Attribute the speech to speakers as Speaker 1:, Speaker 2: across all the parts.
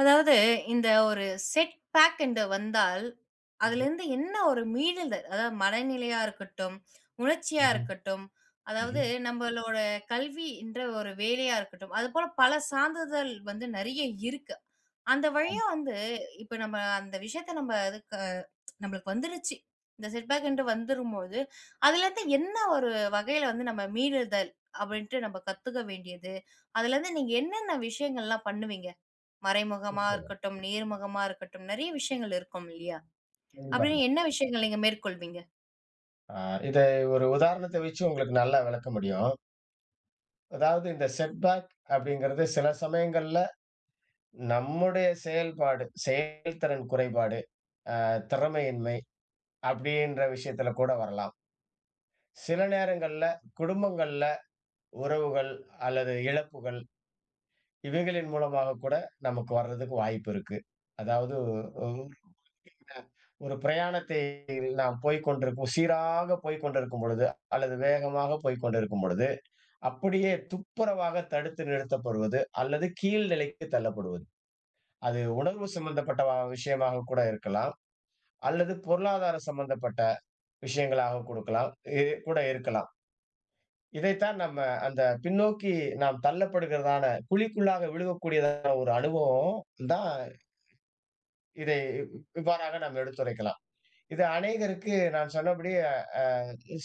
Speaker 1: அதாவது இந்த ஒரு செட் பேக் என்று வந்தால்,
Speaker 2: ம்ஹ்ம்.
Speaker 1: அதுலேருந்து என்ன ஒரு மீளுதல், அதாவது மனநிலையா இருக்கட்டும், உணர்ச்சியா
Speaker 2: ம்ஹ்ம்.
Speaker 1: இருக்கட்டும், அதாவது
Speaker 2: ம்ஹ்ம்.
Speaker 1: நம்மளோட கல்வி என்ற ஒரு வேலையா இருக்கட்டும், அதுபோல பல சான்றிதழ் வந்து நிறைய இருக்கு. அந்த
Speaker 2: ஆமா.
Speaker 1: வழியா வந்து இப்ப நம்ம அந்த விஷயத்த நம்ம அதுக்கு நம்மளுக்கு வந்துருச்சு. இந்த செட் பேக் என்று வந்துரும்போது, அதுலேருந்து என்ன ஒரு வகையில வந்து நம்ம மீளுதல் அப்படின்ட்டு நம்ம கத்துக்க வேண்டியது, அதுலேருந்து நீங்க என்னென்ன விஷயங்கள்லாம் பண்ணுவீங்க? மறைமுகமா
Speaker 2: நிச்சயமா.
Speaker 1: இருக்கட்டும், நேர்முகமா இருக்கட்டும், நெறைய விஷயங்கள் இருக்கும் இல்லையா?
Speaker 2: கண்டிப்பாங்க.
Speaker 1: அப்படின்னு என்ன விஷயங்கள் நீங்க மேற்கொள்வீங்க?
Speaker 2: ஆ இத ஒரு உதாரணத்த வச்சு உங்களுக்கு நல்லா விளக்க முடியும். அதாவது இந்த செட்பேக் அப்படிங்கிறது சில சமயங்கள்ல நம்முடைய செயல்பாடு, செயல்திறன் குறைபாடு, அ திறமையின்மை அப்படின்ற விஷயத்துல கூட வரலாம். சில நேரங்கள்ல குடும்பங்கள்ல உறவுகள் அல்லது இழப்புகள் இவைகளின் மூலமாக கூட நமக்கு வர்றதுக்கு வாய்ப்பு இருக்கு. அதாவது ஒரு பிரயாணத்தை நாம் போய்க் கொண்டிருக்கும் சீராக போய்க் கொண்டிருக்கும் பொழுது, அல்லது வேகமாக போய்க் கொண்டிருக்கும் பொழுது, அப்படியே துப்புரவாக தடுத்து நிறுத்தப்படுவது அல்லது கீழ் நிலைக்கு தள்ளப்படுவது. அது உணர்வு சம்பந்தப்பட்ட விஷயமாக கூட இருக்கலாம். அல்லது பொருளாதார சம்பந்தப்பட்ட விஷயங்களாக கொடுக்கலாம் இ கூட இருக்கலாம். இதைத்தான் நம்ம அந்த பின்னோக்கி நாம் தள்ளப்படுகிறதான குழிக்குள்ளாக விழுகக்கூடியதான ஒரு அனுபவம் தான். இதை இவ்வாறாக நாம் எடுத்துரைக்கலாம். இது அநேகருக்கு நான் சொன்னபடி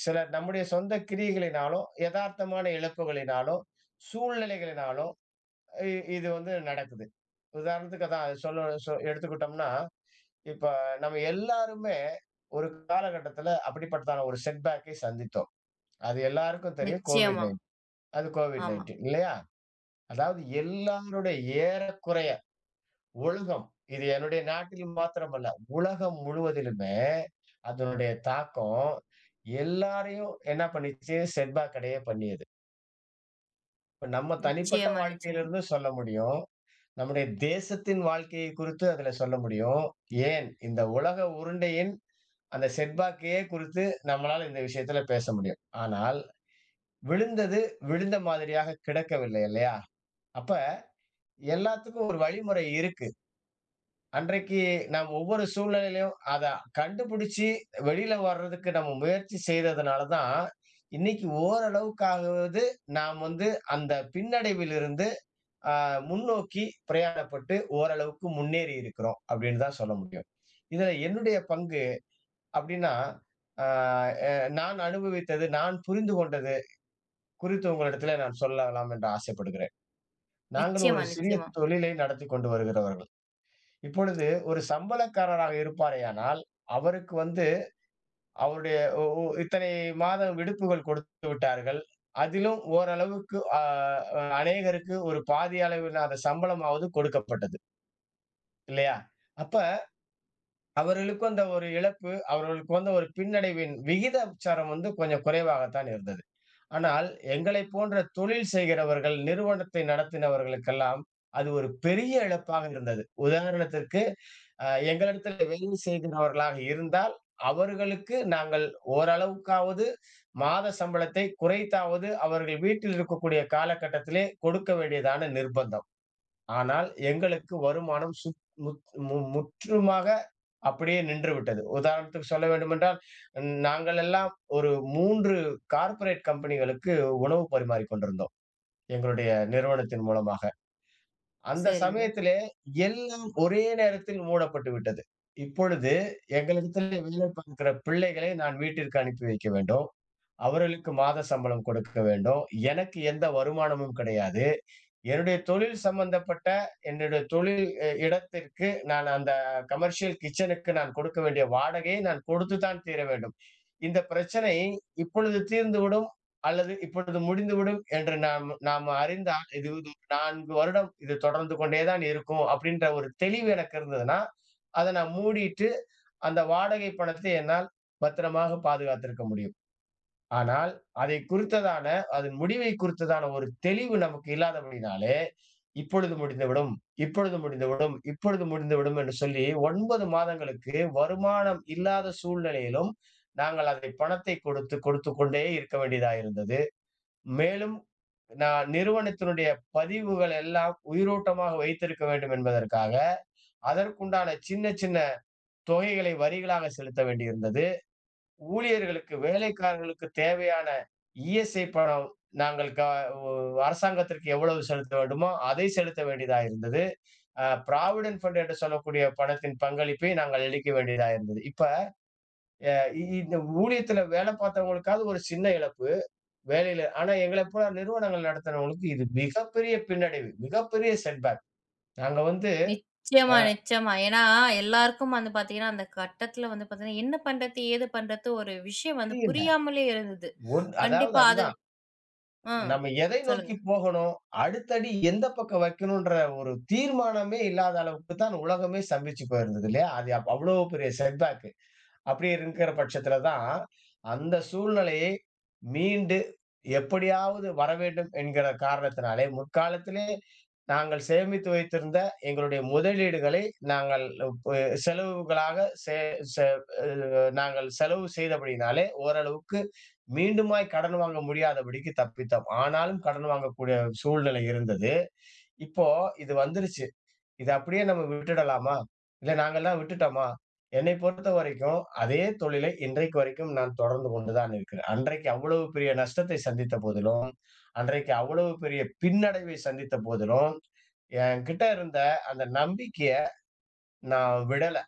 Speaker 2: சில நம்முடைய சொந்த கிரியைகளினாலோ, எதார்த்தமான இழப்புகளினாலோ, சூழ்நிலைகளினாலோ இ இது வந்து நடக்குது. உதாரணத்துக்கு அதான் அது சொல்ல எடுத்துக்கிட்டோம்னா, இப்ப நம்ம எல்லாருமே ஒரு காலகட்டத்தில அப்படிப்பட்டதான ஒரு செட்பேக்கை சந்தித்தோம். அது எல்லாருக்கும் தெரியும்.
Speaker 1: நிச்சயமா.
Speaker 2: கோவிட்-19. அது
Speaker 1: ஆமா.
Speaker 2: கோவிட்-19 இல்லையா? அதாவது எல்லாருடைய ஏறக்குறைய உலகம், இது என்னுடைய நாட்டில் மாத்திரமல்ல, உலகம் முழுவதிலுமே அதனுடைய தாக்கம் எல்லாரையும் என்ன பண்ணிச்சு? செட்பேக் அடைய பண்ணியது. இப்ப நம்ம தனிப்பட்ட
Speaker 1: நிச்சயமா, நிச்சயமா.
Speaker 2: வாழ்க்கையிலிருந்து சொல்ல முடியும். நம்முடைய தேசத்தின் வாழ்க்கையை குறித்து அதுல சொல்ல முடியும். ஏன் இந்த உலக உருண்டையின் அந்த செட்பேக்கையே குறித்து நம்மளால இந்த விஷயத்துல பேச முடியும். ஆனால் விழுந்தது விழுந்த மாதிரியாக கிடக்கவில்லை இல்லையா? அப்ப எல்லாத்துக்கும் ஒரு வழிமுறை இருக்கு. அன்றைக்கு நாம் ஒவ்வொரு சூழ்நிலையிலும் அத கண்டுபிடிச்சு வெளியில வர்றதுக்கு நம்ம முயற்சி செய்ததுனால தான், இன்னைக்கு ஓரளவுக்காகவாவது நாம் வந்து அந்த பின்னடைவிலிருந்து அ முன்னோக்கி பிரயாணப்பட்டு ஓரளவுக்கு முன்னேறி இருக்கிறோம் அப்படின்னு தான் சொல்ல முடியும். இதுல என்னுடைய பங்கு அப்படின்னா, அ எ நான் அனுபவித்தது, நான் புரிந்து கொண்டது குறித்து உங்களிடத்திலே நான் சொல்லலாம் என்று ஆசைப்படுகிறேன். நாங்கள் ஒரு
Speaker 1: நிச்சயமா,
Speaker 2: சிறிய
Speaker 1: நிச்சயமா.
Speaker 2: தொழிலை நடத்திக் கொண்டு வருகிறவர்கள். இப்பொழுது ஒரு சம்பளக்காரராக இருப்பாரேயானால், அவருக்கு வந்து அவருடைய ஒ ஒ இத்தனை மாதம் விடுப்புகள் கொடுத்து விட்டார்கள். அதிலும் ஓரளவுக்கு அ அ அநேகருக்கு ஒரு பாதி அளவிலான சம்பளமாவது கொடுக்கப்பட்டது. இல்லையா? அப்ப அவர்களுக்கு வந்த ஒரு இழப்பு, அவர்களுக்கு வந்த ஒரு பின்னடைவின் விகிதாச்சாரம் வந்து கொஞ்சம் குறைவாகத்தான் இருந்தது. ஆனால் எங்களைப் போன்ற தொழில் செய்கிறவர்கள், நிறுவனத்தை நடத்தினவர்களுக்கெல்லாம் அது ஒரு பெரிய இழப்பாக இருந்தது. உதாரணத்திற்கு எங்களிடத்திலே வேலை செய்கிறவர்களாக இருந்தால், அவர்களுக்கு நாங்கள் ஓரளவுக்காவது மாத சம்பளத்தை குறைத்தாவது அவர்கள் வீட்டில் இருக்கக்கூடிய காலகட்டத்திலே கொடுக்க வேண்டியதான நிர்பந்தம். ஆனால் எங்களுக்கு வருமானம் சுத் முத் மு முற்றுமாக அப்படியே நின்றுவிட்டது. உதாரணத்துக்கு சொல்ல வேண்டுமென்றால், நாங்கள் எல்லாம் ஒரு 3 கார்ப்பரேட் கம்பெனிகளுக்கு உணவு பரிமாறிக் கொண்டிருந்தோம், எங்களுடைய நிறுவனத்தின் மூலமாக. அந்த
Speaker 1: சரிங்க.
Speaker 2: சமயத்திலே எல்லாம் ஒரே நேரத்தில் மூடப்பட்டு விட்டது. இப்பொழுது எங்களிடத்திலே வேலை பார்க்கிற பிள்ளைகளை நான் வீட்டிற்கு அனுப்பி வைக்க வேண்டும். அவர்களுக்கு மாத சம்பளம் கொடுக்க வேண்டும். எனக்கு எந்த வருமானமும் கிடையாது. என்னுடைய தொழில் சம்பந்தப்பட்ட என்னுடைய தொழில் இடத்திற்கு, நான் அந்த கமர்ஷியல் கிட்சனுக்கு நான் கொடுக்க வேண்டிய வாடகையை நான் கொடுத்துதான் தீர வேண்டும். இந்த பிரச்சனை இப்பொழுது தீர்ந்துவிடும் அல்லது இப்பொழுது முடிந்துவிடும் என்று நாம் நாம் அறிந்தால், இது இது 4 வருடம் இது தொடர்ந்து கொண்டே தான் இருக்கும் அப்படின்ற ஒரு தெளிவு எனக்கு இருந்ததுன்னா, அத நான் மூடிட்டு அந்த வாடகை பணத்தை என்னால் பத்திரமாக பாதுகாத்திருக்க முடியும். ஆனால், அதை குறித்ததான அதன் முடிவை குறித்ததான ஒரு தெளிவு நமக்கு இல்லாதபடியினாலே, இப்பொழுது முடிந்துவிடும், இப்பொழுது முடிந்துவிடும், இப்பொழுது முடிந்துவிடும் என்று சொல்லி 9 மாதங்களுக்கு வருமானம் இல்லாத சூழ்நிலையிலும், நாங்கள் அதை பணத்தை கொடுத்து கொடுத்து கொண்டே இருக்க வேண்டியதா இருந்தது. மேலும் நான் நிறுவனத்தினுடைய பதிவுகள் எல்லாம் உயிரோட்டமாக வைத்திருக்க வேண்டும் என்பதற்காக, அதற்குண்டான சின்ன சின்ன தொகைகளை வரிகளாக செலுத்த வேண்டியிருந்தது. ஊழியர்களுக்கு, வேலைக்காரர்களுக்கு தேவையான இஎஸ்ஐ பணம் நாங்கள் க ஒ அரசாங்கத்திற்கு எவ்வளவு செலுத்த வேண்டுமோ, அதை செலுத்த வேண்டியதா இருந்தது. ப்ராவிடன்ட் ஃபண்ட் என்று சொல்லக்கூடிய பணத்தின் பங்களிப்பை நாங்கள் அளிக்க வேண்டியதா இருந்தது. இப்ப அ இ இந்த ஊழியத்தில வேலை பார்த்தவங்களுக்காவது ஒரு சின்ன இழப்பு, வேலையில; ஆனா எங்களைப் போல நிறுவனங்கள் நடத்துனவங்களுக்கு இது மிகப்பெரிய பின்னடைவு, மிகப்பெரிய செட்பேக். நாங்க வந்து
Speaker 1: நிச்சயமா,
Speaker 2: அ
Speaker 1: நிச்சயமா. ஏன்னா, எல்லாருக்கும் வந்து பாத்தீங்கன்னா, அந்த கட்டத்துல வந்து பாத்தீங்கன்னா, என்ன பண்றது? ஏது பண்றது? ஒரு விஷயம் வந்து
Speaker 2: தெரியல.
Speaker 1: புரியாமலே இருந்தது.
Speaker 2: அதாவது
Speaker 1: கண்டிப்பா அது
Speaker 2: அதுதான்.
Speaker 1: ம்.
Speaker 2: நம்ம எதை நோக்கி
Speaker 1: சொல்லுங்க.
Speaker 2: போகணும்? அடுத்த அடி எந்த பக்கம் வைக்கணுன்ற ஒரு தீர்மானமே இல்லாத அளவுக்கு தான் உலகமே ஸ்தம்பிச்சு போயிருந்தது இல்லையா? அது அவ்வளோ பெரிய செட்பேக். அப்படி இருக்கிற பட்சத்துல தான், அந்த சூழ்நிலையை மீண்டு எப்படியாவது வரவேண்டும் என்கிற காரணத்தினாலே, முற்காலத்திலே நாங்கள் சேமித்து வைத்திருந்த எங்களுடைய முதலீடுகளை நாங்கள் செலவுகளாக செ செ அ நாங்கள் செலவு செய்தபடியினாலே, ஓரளவுக்கு மீண்டுமாய் கடன் வாங்க முடியாதபடிக்கு தப்பித்தோம். ஆனாலும் கடன் வாங்கக்கூடிய சூழ்நிலை இருந்தது. இப்போ இது வந்துருச்சு. இத அப்படியே நம்ம விட்டுடலாமா? இல்ல நாங்கல்லாம் விட்டுட்டோமா? என்னைப் பொறுத்தவரைக்கும், அதே தொழிலை இன்றைக்கு வரைக்கும் நான் தொடர்ந்து கொண்டு தான் இருக்கிறேன். அன்றைக்கு அவ்வளவு பெரிய நஷ்டத்தை சந்தித்த போதிலும், அன்றைக்கு அவ்வளவு பெரிய பின்னடைவை சந்தித்த போதிலும், என்கிட்ட இருந்த அந்த நம்பிக்கைய நான் விடல.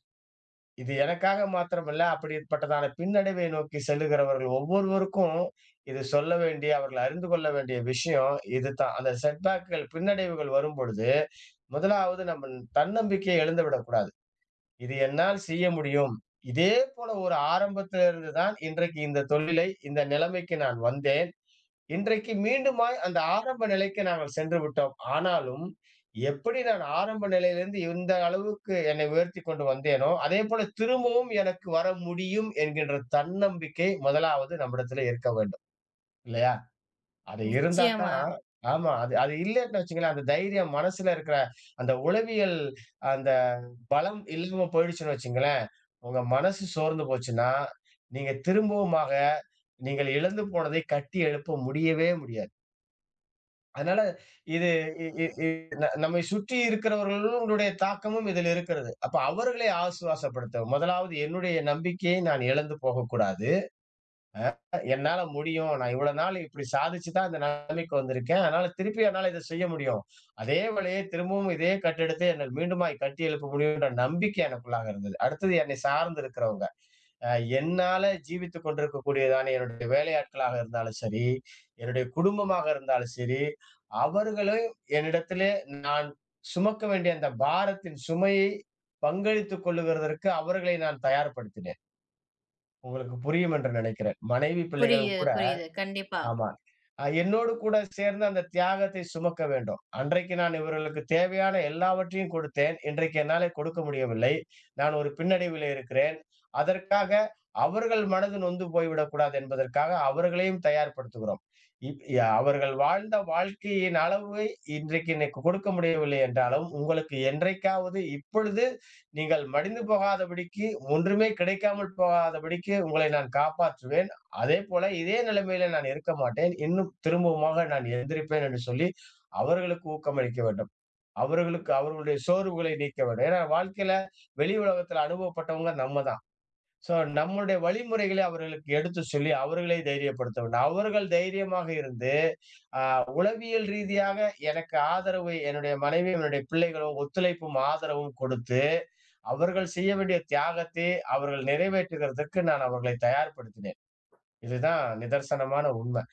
Speaker 2: இது எனக்காக மாத்திரமல்ல, அப்படிப்பட்டதான பின்னடைவை நோக்கி செல்லுகிறவர்கள் ஒவ்வொருவருக்கும் இது சொல்ல வேண்டிய, அவர்கள் அறிந்து கொள்ள வேண்டிய விஷயம் இதுதான். அந்த செட்பேக்குகள், பின்னடைவுகள் வரும்பொழுது, முதலாவது நம்ம தன்னம்பிக்கையை இழந்து விடக்கூடாது. "இது என்னால் செய்ய முடியும். இதே போல ஒரு ஆரம்பத்திலிருந்து தான் இன்றைக்கு இந்த தொழிலை, இந்த நிலைமைக்கு நான் வந்தேன். இன்றைக்கு மீண்டுமாய் அந்த ஆரம்ப நிலைக்கு நாங்கள் சென்று விட்டோம். ஆனாலும், எப்படி நான் ஆரம்ப நிலையிலிருந்து இந்த அளவுக்கு என்னை உயர்த்திக் கொண்டு வந்தேனோ, அதேபோல திரும்பவும் எனக்கு வர முடியும் என்கின்ற தன்னம்பிக்கை முதலாவது நம்மிடத்திலே இருக்க வேண்டும். இல்லையா? அது இருந்தா
Speaker 1: நிச்சயமா.
Speaker 2: தான். ஆமா. அது அது இல்லன்னு வச்சுக்கங்களேன், அந்த தைரியம் மனசுல இருக்கிற அந்த உளவியல் அந்த பலம் இல்லாம போயிடுச்சுன்னு வச்சுங்களேன், உங்க மனசு சோர்ந்து போச்சுன்னா, நீங்க திரும்பவுமாக நீங்கள் இழந்து போனதை கட்டி எழுப்ப முடியவே முடியாது. அதனால இது இ இ இ ந நம்மை சுற்றி இருக்கிறவர்களுடைய தாக்கமும் இதில் இருக்கிறது. அப்ப அவர்களை ஆசுவாசப்படுத்த முதலாவது என்னுடைய நம்பிக்கையை நான் இழந்து போகக்கூடாது. என்னால முடியும். நான் இவ்வளவு நாள் இப்படி சாதிச்சு தான் இந்த நிலைமைக்கு வந்திருக்கேன். அதனால திருப்பி என்னால இத செய்ய முடியும். அதே வேலையை திரும்பவும் இதே கட்டிடத்தை என்னால் மீண்டுமாய் கட்டி எழுப்ப முடியும்ன்ற நம்பிக்கை எனக்குள்ளாக இருந்தது. அடுத்தது என்னை சார்ந்து இருக்கிறவங்க. அ என்னால ஜீவித்துக் கொண்டிருக்கக்கூடியதான என்னுடைய வேலையாட்களாக இருந்தாலும் சரி, என்னுடைய குடும்பமாக இருந்தாலும் சரி, அவர்களையும் என்னிடத்திலே நான் சுமக்க வேண்டிய அந்த பாரத்தின் சுமையை பங்களித்துக் கொள்ளுகிறதற்கு அவர்களை நான் தயார்படுத்தினேன். உங்களுக்கு புரியும் என்று நினைக்கிறேன். மனைவி, பிள்ளைகளும்
Speaker 1: புரியுது,
Speaker 2: கூட.
Speaker 1: புரியுது. கண்டிப்பா.
Speaker 2: ஆமா. என்னோடு கூட சேர்ந்து அந்த தியாகத்தை சுமக்க வேண்டும். அன்றைக்கு நான் இவர்களுக்கு தேவையான எல்லாவற்றையும் கொடுத்தேன். இன்றைக்கு என்னாலே கொடுக்க முடியவில்லை. நான் ஒரு பின்னடைவிலே இருக்கிறேன். அதற்காக அவர்கள் மனது நொந்து போய்விடக்கூடாது என்பதற்காக அவர்களையும் தயார்படுத்துகிறோம். இப் ய அவர்கள் வாழ்ந்த வாழ்க்கையின் அளவை இன்றைக்கு எனக்கு கொடுக்க முடியவில்லை என்றாலும், உங்களுக்கு என்றைக்காவது இப்பொழுது நீங்கள் மடிந்து போகாதபடிக்கு, ஒன்றுமே கிடைக்காமல் போகாதபடிக்கு உங்களை நான் காப்பாற்றுவேன். அதேபோல இதே நிலைமையில நான் இருக்க மாட்டேன். இன்னும் திரும்பவுமாக நான் எந்திரிப்பேன் என்று சொல்லி, அவர்களுக்கு ஊக்கமளிக்க வேண்டும். அவர்களுக்கு அவர்களுடைய சோர்வுகளை நீக்க வேண்டும். ஏன்னா வாழ்க்கையில வெளி உலகத்துல அனுபவப்பட்டவங்க நம்ம தான். சோ நம்மளுடைய வழிமுறைகளை அவர்களுக்கு எடுத்துச் சொல்லி, அவர்களை தைரியப்படுத்த வேண்டும். அவர்கள் தைரியமாக இருந்து, உளவியல் ரீதியாக எனக்கு ஆதரவு என்னுடைய மனைவியும், என்னுடைய பிள்ளைகளும் ஒத்துழைப்பும், ஆதரவும் கொடுத்து, அவர்கள் செய்ய வேண்டிய தியாகத்தை அவர்கள் நிறைவேற்றுகிறதற்கு நான் அவர்களை தயார்படுத்தினேன். இதுதான் நிதர்சனமான உண்ம.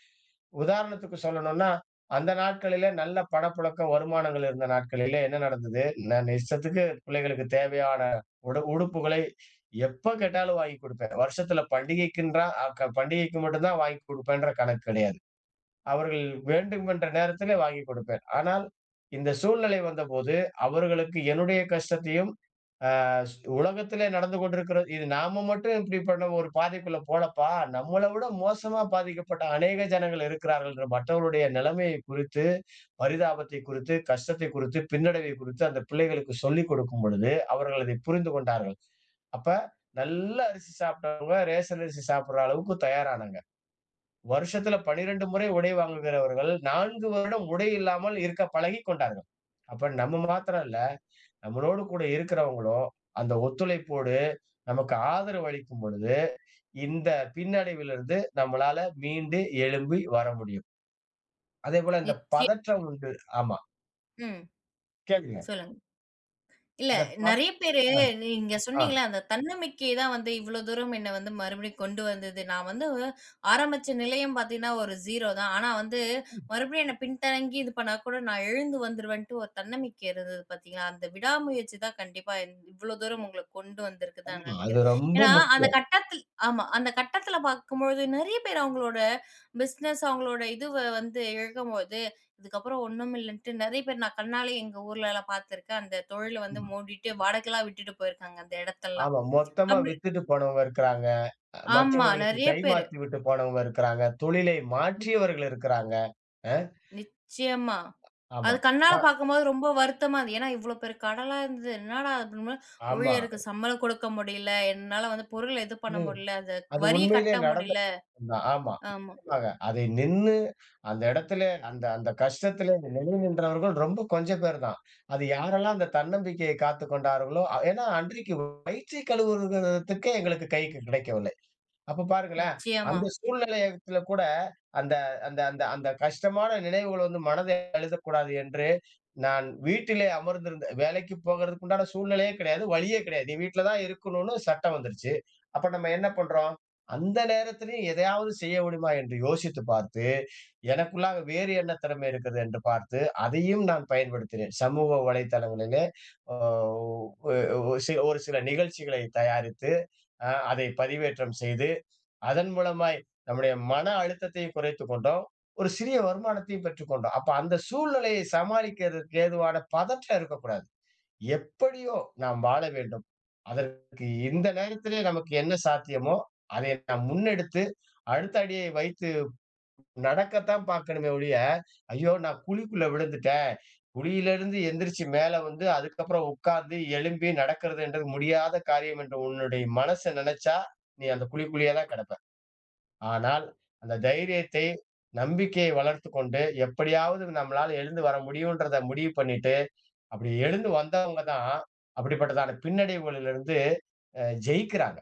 Speaker 2: உதாரணத்துக்கு சொல்லணும்னா, அந்த நாட்களிலே நல்ல பணப்புழக்கம், வருமானங்கள் இருந்த நாட்களிலே என்ன நடந்தது? நான் இஷ்டத்துக்கு பிள்ளைகளுக்கு தேவையான உடுப்புகளை எப்ப கேட்டாலும் வாங்கி குடுப்பேன். வருஷத்துல பண்டிகைக்குன்றா அ க பண்டிகைக்கு மட்டும் தான் வாங்கி குடுப்பேன்ற கணக்கு கிடையாது. அவர்கள் வேண்டுமென்ற நேரத்திலே வாங்கிக் கொடுப்பேன். ஆனால், இந்த சூழ்நிலை வந்தபோது, அவர்களுக்கு என்னுடைய கஷ்டத்தையும், அ ஸ் உலகத்திலே நடந்து கொண்டிருக்கிறது, இது நாம மட்டும் இப்படி பண்ண ஒரு பாதைக்குள்ள போலப்பா, நம்மள விட மோசமா பாதிக்கப்பட்ட அநேக ஜனங்கள் இருக்கிறார்கள் என்ற மற்றவர்களுடைய நிலைமையை குறித்து, பரிதாபத்தை குறித்து, கஷ்டத்தை குறித்து, பின்னடைவை குறித்து அந்த பிள்ளைகளுக்கு சொல்லிக் கொடுக்கும் பொழுது, அவர்கள் அதை புரிந்து கொண்டார்கள். அப்ப நல்ல அரிசி சாப்பிட்டவங்க, ரேஷன் அரிசி சாப்பிடுற அளவுக்கு தயாரானாங்க. வருஷத்துல 12 முறை உடை வாங்குகிறவர்கள் 4 வருடம் உடை இல்லாமல் இருக்க பழகிக் கொண்டார்கள். அப்ப நம்ம மாத்திரம் இல்ல, நம்மளோடு கூட இருக்கிறவங்களும் அந்த ஒத்துழைப்போடு நமக்கு ஆதரவு அளிக்கும் பொழுது, இந்த பின்னடைவிலிருந்து நம்மளால மீண்டு எழும்பி வர முடியும். அதேபோல இந்த
Speaker 1: நிச்சயம்.
Speaker 2: பதற்றம் உண்டு. ஆமா,
Speaker 1: ம்.
Speaker 2: கேளுங்க.
Speaker 1: சொல்லுங்க. இல்ல
Speaker 2: அந்த பத
Speaker 1: நெறைய பேரு
Speaker 2: அ,
Speaker 1: நீங்க
Speaker 2: ஆ,
Speaker 1: சொன்னீங்கல்ல, அந்த தன்னம்பிக்கை தான் வந்து இவ்ளோ தூரம் என்ன வந்து மறுபடியும் கொண்டு வந்தது. நான் வந்து ஆரம்பிச்ச நிலையம் பார்த்தீங்கன்னா, ஒரு 0 தான். ஆனா வந்து மறுபடியும் என்ன பின்தங்கி இது பண்ணா கூட நான் எழுந்து வந்துருவேன்ட்டு ஒரு தன்னம்பிக்கை இருந்தது பார்த்தீங்களா? அந்த விடாமுயற்சி தான் கண்டிப்பா இவ்ளோ தூரம் உங்கள கொண்டு வந்திருக்கு தான்
Speaker 2: ஆமா. அது
Speaker 1: நெனைக்கிறேன்.
Speaker 2: ரொம்ப
Speaker 1: ஏன்னா அந்த
Speaker 2: முக்கியம்.
Speaker 1: கட்டத்தில் ஆமா. அந்த கட்டத்துல பார்க்கும்பொழுது நெறைய பேர் அவங்களோட பிசினஸ் அவங்களோட இதுவ வந்து இழக்கும்போது இதுக்கப்புறம் ஒண்ணும் இல்லன்ட்டு நெறைய பேர் நான் கண்ணாலயே எங்க ஊர்லலாம் பார்த்துருக்கேன். அந்த தொழில வந்து
Speaker 2: ஆமா,
Speaker 1: மூடிட்டு வாடகைலாம் விட்டுட்டு போயிருக்காங்க அந்த இடத்தெல்லாம்.
Speaker 2: ஆமா. மொத்தமா
Speaker 1: அப்படி
Speaker 2: வித்துட்டு போனவங்க இருக்கிறாங்க.
Speaker 1: ஆமா
Speaker 2: மற்றவர்களுக்கு
Speaker 1: நெறைய பேரு.
Speaker 2: கைமாத்தி விட்டு போனவங்க இருக்கிறாங்க. தொழிலை
Speaker 1: நி
Speaker 2: மாற்றியவர்கள் இருக்கிறாங்க.
Speaker 1: நிச்சயமா.
Speaker 2: ஆமா.
Speaker 1: அது கண்ணால
Speaker 2: அ
Speaker 1: பார்க்கும்போது ரொம்ப வருத்தமா இருந்தது. ஏன்னா இவ்வளோ பெரிய கடலா இருந்தது. என்னடா அப்படின்னு
Speaker 2: ஆமா.
Speaker 1: ஊழியருக்கு சம்பளம் கொடுக்க முடியல. என்னால வந்து பொருள் இது பண்ண
Speaker 2: அது
Speaker 1: முடியல. அந்த
Speaker 2: அது
Speaker 1: வரிய
Speaker 2: உண்மையிலே
Speaker 1: கட்ட
Speaker 2: நடந்த
Speaker 1: முடியல.
Speaker 2: தான். ஆமா.
Speaker 1: ஆமா.
Speaker 2: நிச்சயமாக. அதை நின்னு அந்த இடத்திலே அந்த அந்த கஷ்டத்திலே நிலை நின்றவர்கள் ரொம்ப கொஞ்சம் பேர் தான். அது யாரெல்லாம் அந்த தன்னம்பிக்கையை காத்துக் கொண்டார்களோ, ஏன்னா அன்றைக்கு வயிற்றை கழுவுறதுக்கே எங்களுக்கு கைக்கு கிடைக்கவில்லை. அப்ப பாருங்களேன்,
Speaker 1: நிச்சயமா,
Speaker 2: அந்த சூழ்நிலையத்துல கூட அந்த அந்த அந்த அந்த கஷ்டமான நினைவுகள் வந்து மனதை அழுத்தக்கூடாது என்று, நான் வீட்டிலே அமர்ந்திருந்த வேலைக்கு போகறதுக்கு உண்டான சூழ்நிலையே கிடையாது, வழியே கிடையாது. நீ வீட்ல தான் இருக்கணும்னு சட்டம் வந்துருச்சு. அப்ப நம்ம என்ன பண்றோம்? அந்த நேரத்திலயும் எதையாவது செய்ய முடியுமா என்று யோசித்து பார்த்து, எனக்குள்ளாக வேறு என்ன திறமை இருக்கிறது என்று பார்த்து, அதையும் நான் பயன்படுத்தினேன். சமூக வலைத்தளங்களிலே அ ஒ ஒ சி ஒரு சில நிகழ்ச்சிகளை தயாரித்து, அதை பதிவேற்றம் செய்து அதன் மூலமாய் நம்முடைய மன அழுத்தத்தையும் குறைத்துக் கொண்டோம். ஒரு சிறிய வருமானத்தையும் பெற்றுக் கொண்டோம். அப்ப அந்த சூழ்நிலையை சமாளிக்கிறதற்கு ஏதுவான பதற்றம் இருக்கக்கூடாது. எப்படியோ நாம் வாழ வேண்டும். அதற்கு இந்த நேரத்திலே நமக்கு என்ன சாத்தியமோ, அதை நாம் முன்னெடுத்து அடுத்த அடியை வைத்து நடக்கத்தான் பார்க்கணுமே ஒழிய, ஐயோ! நான் குழிக்குள்ள விழுந்துட்டேன், குழியிலிருந்து எந்திரிச்சு மேல வந்து அதுக்கப்புறம் உட்கார்ந்து எழும்பி நடக்கிறதுன்றது முடியாத காரியம் என்று உன்னுடைய மனசு நினைச்சா, நீ அந்த குழிக்குள்ளேயே தான் கிடப்ப. ஆனால், அந்த தைரியத்தை, நம்பிக்கையை வளர்த்துக் கொண்டு, எப்படியாவது நம்மளால எழுந்து வர முடியுன்றத முடிவு பண்ணிட்டு, அப்படி எழுந்து வந்தவங்க தான், அப்படிப்பட்டதான பின்னடைவுகளிலிருந்து ஜெயிக்கிறாங்க.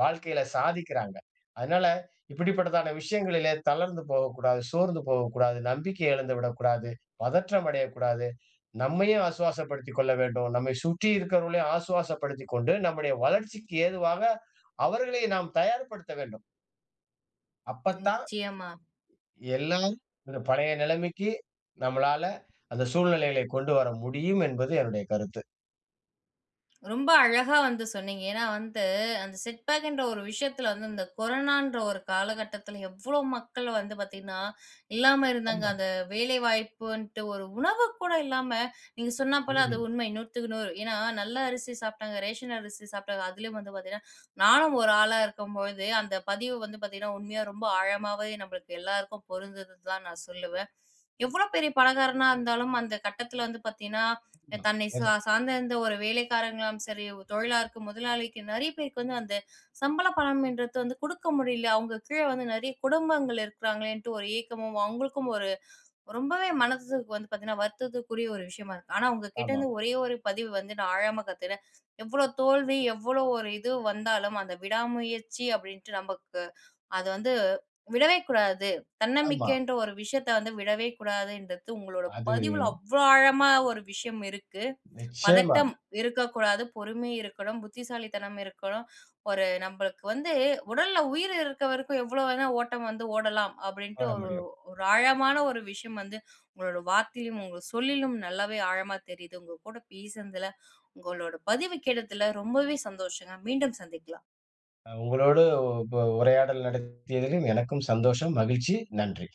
Speaker 2: வாழ்க்கையில சாதிக்கிறாங்க. அதனால, இப்படிப்பட்டதான விஷயங்களிலே தளர்ந்து போகக்கூடாது, சோர்ந்து போகக்கூடாது, நம்பிக்கை இழந்து விடக்கூடாது, பதற்றம் அடையக்கூடாது. நம்மையும் ஆசுவாசப்படுத்திக் கொள்ள வேண்டும். நம்மை சுற்றி இருக்கிறவர்களையும் ஆசுவாசப்படுத்திக் கொண்டு, நம்முடைய வளர்ச்சிக்கு ஏதுவாக அவர்களை நாம் தயார்படுத்த வேண்டும். அப்பத்தான்
Speaker 1: நிச்சயமா.
Speaker 2: எல்லாம் ஒரு பழைய நிலைமைக்கு நம்மளால அந்த சூழ்நிலைகளை கொண்டு வர முடியும் என்பது என்னுடைய கருத்து.
Speaker 1: ரொம்ப அழகா வந்து சொன்னீங்க. ஏன்னா வந்து, அந்த செட்பேக்குன்ற ஒரு விஷயத்துல வந்து, இந்த கொரோனான்ற ஒரு காலகட்டத்துல எவ்ளோ மக்கள் வந்து பாத்தீங்கன்னா, இல்லாம இருந்தாங்க.
Speaker 2: ஆமா.
Speaker 1: அந்த வேலைவாய்ப்புன்ட்டு ஒரு உணவு கூட இல்லாம, நீங்க சொன்னா போல அது
Speaker 2: ம்ஹ்ம்.
Speaker 1: உண்மை 100க்கு 100. ஏன்னா, நல்ல அரிசி சாப்ட்டாங்க, ரேஷன் அரிசி சாப்ட்டாங்க. அதுலயும் வந்து பாத்தீங்கன்னா, நானும் ஒரு ஆளா இருக்கும்பொழுது, அந்த பதிவு வந்து பாத்தீங்கன்னா, உண்மையா ரொம்ப ஆழமாவே நம்மளுக்கு எல்லாருக்கும் பொருந்ததுன்னு தான் நான் சொல்லுவேன். எவ்ளோ பெரிய பணக்காரனா இருந்தாலும், அந்த கட்டத்துல வந்து பாத்தீங்கன்னா,
Speaker 2: ஆமா.
Speaker 1: தன்னை சா
Speaker 2: எஸ்.
Speaker 1: சார்ந்திருந்த ஒரு வேலைக்காரங்களாம் சரி, தொழிலா இருக்கும் முதலாளிக்கு நெறைய பேருக்கு வந்து அந்த சம்பள பணம் என்றது வந்து குடுக்க முடியல. அவங்க கீழ வந்து நெறைய குடும்பங்கள் இருக்கிறாங்களேன்ட்டு ஒரு ஏக்கமும், அவங்களுக்கும் ஒரு ரொம்பவே மனதுக்கு வந்து பார்த்தீங்கன்னா, வருத்தத்துக்குரிய ஒரு விஷயமா இருக்கு. ஆனா உங்க கிட்ட
Speaker 2: ஆமா,
Speaker 1: இருந்து ஒரே ஒரு பதிவு வந்து நான் ஆழமா கத்துக்கிட்டேன். எவ்ளோ தோல்வி, எவ்ளோ ஒரு இது வந்தாலும் அந்த விடாமுயற்சி அப்படின்ட்டு நமக்கு அது வந்து விடவே கூடாது.
Speaker 2: ஆமா.
Speaker 1: தன்னம்பிக்கைன்ற ஒரு விஷயத்த வந்து விடவே கூடாதுன்றது உங்களோட
Speaker 2: அது
Speaker 1: பதிவுல அவ்ளோ ஆழமா ஒரு விஷயம் இருக்கு.
Speaker 2: நிச்சயமாக
Speaker 1: பதட்டம் இருக்கக்கூடாது. பொறுமை இருக்கணும். புத்திசாலித்தனம் இருக்கணும். ஒரு நம்பளுக்கு வந்து உடல்ல உயிர் இருக்க வரைக்கும் எவ்வளோ வேணா ஓட்டம் வந்து ஓடலாம் அப்படின்ட்டு
Speaker 2: பாட
Speaker 1: ஒரு
Speaker 2: முடியும்.
Speaker 1: ஒரு ஆழமான ஒரு விஷயம் வந்து உங்களோட வார்த்தையிலும், உங்க சொல்லிலும் நல்லாவே ஆழமா தெரியுது. உங்க கூட பேசுனதுல, உங்களோட பதிவு கேட்டதுல ரொம்பவே சந்தோஷங்க. மீண்டும் சந்திக்கலாம்.
Speaker 2: உங்களோடு உரையாடல் நடத்தியதிலும் எனக்கும் சந்தோஷம், மகிழ்ச்சி. நன்றி.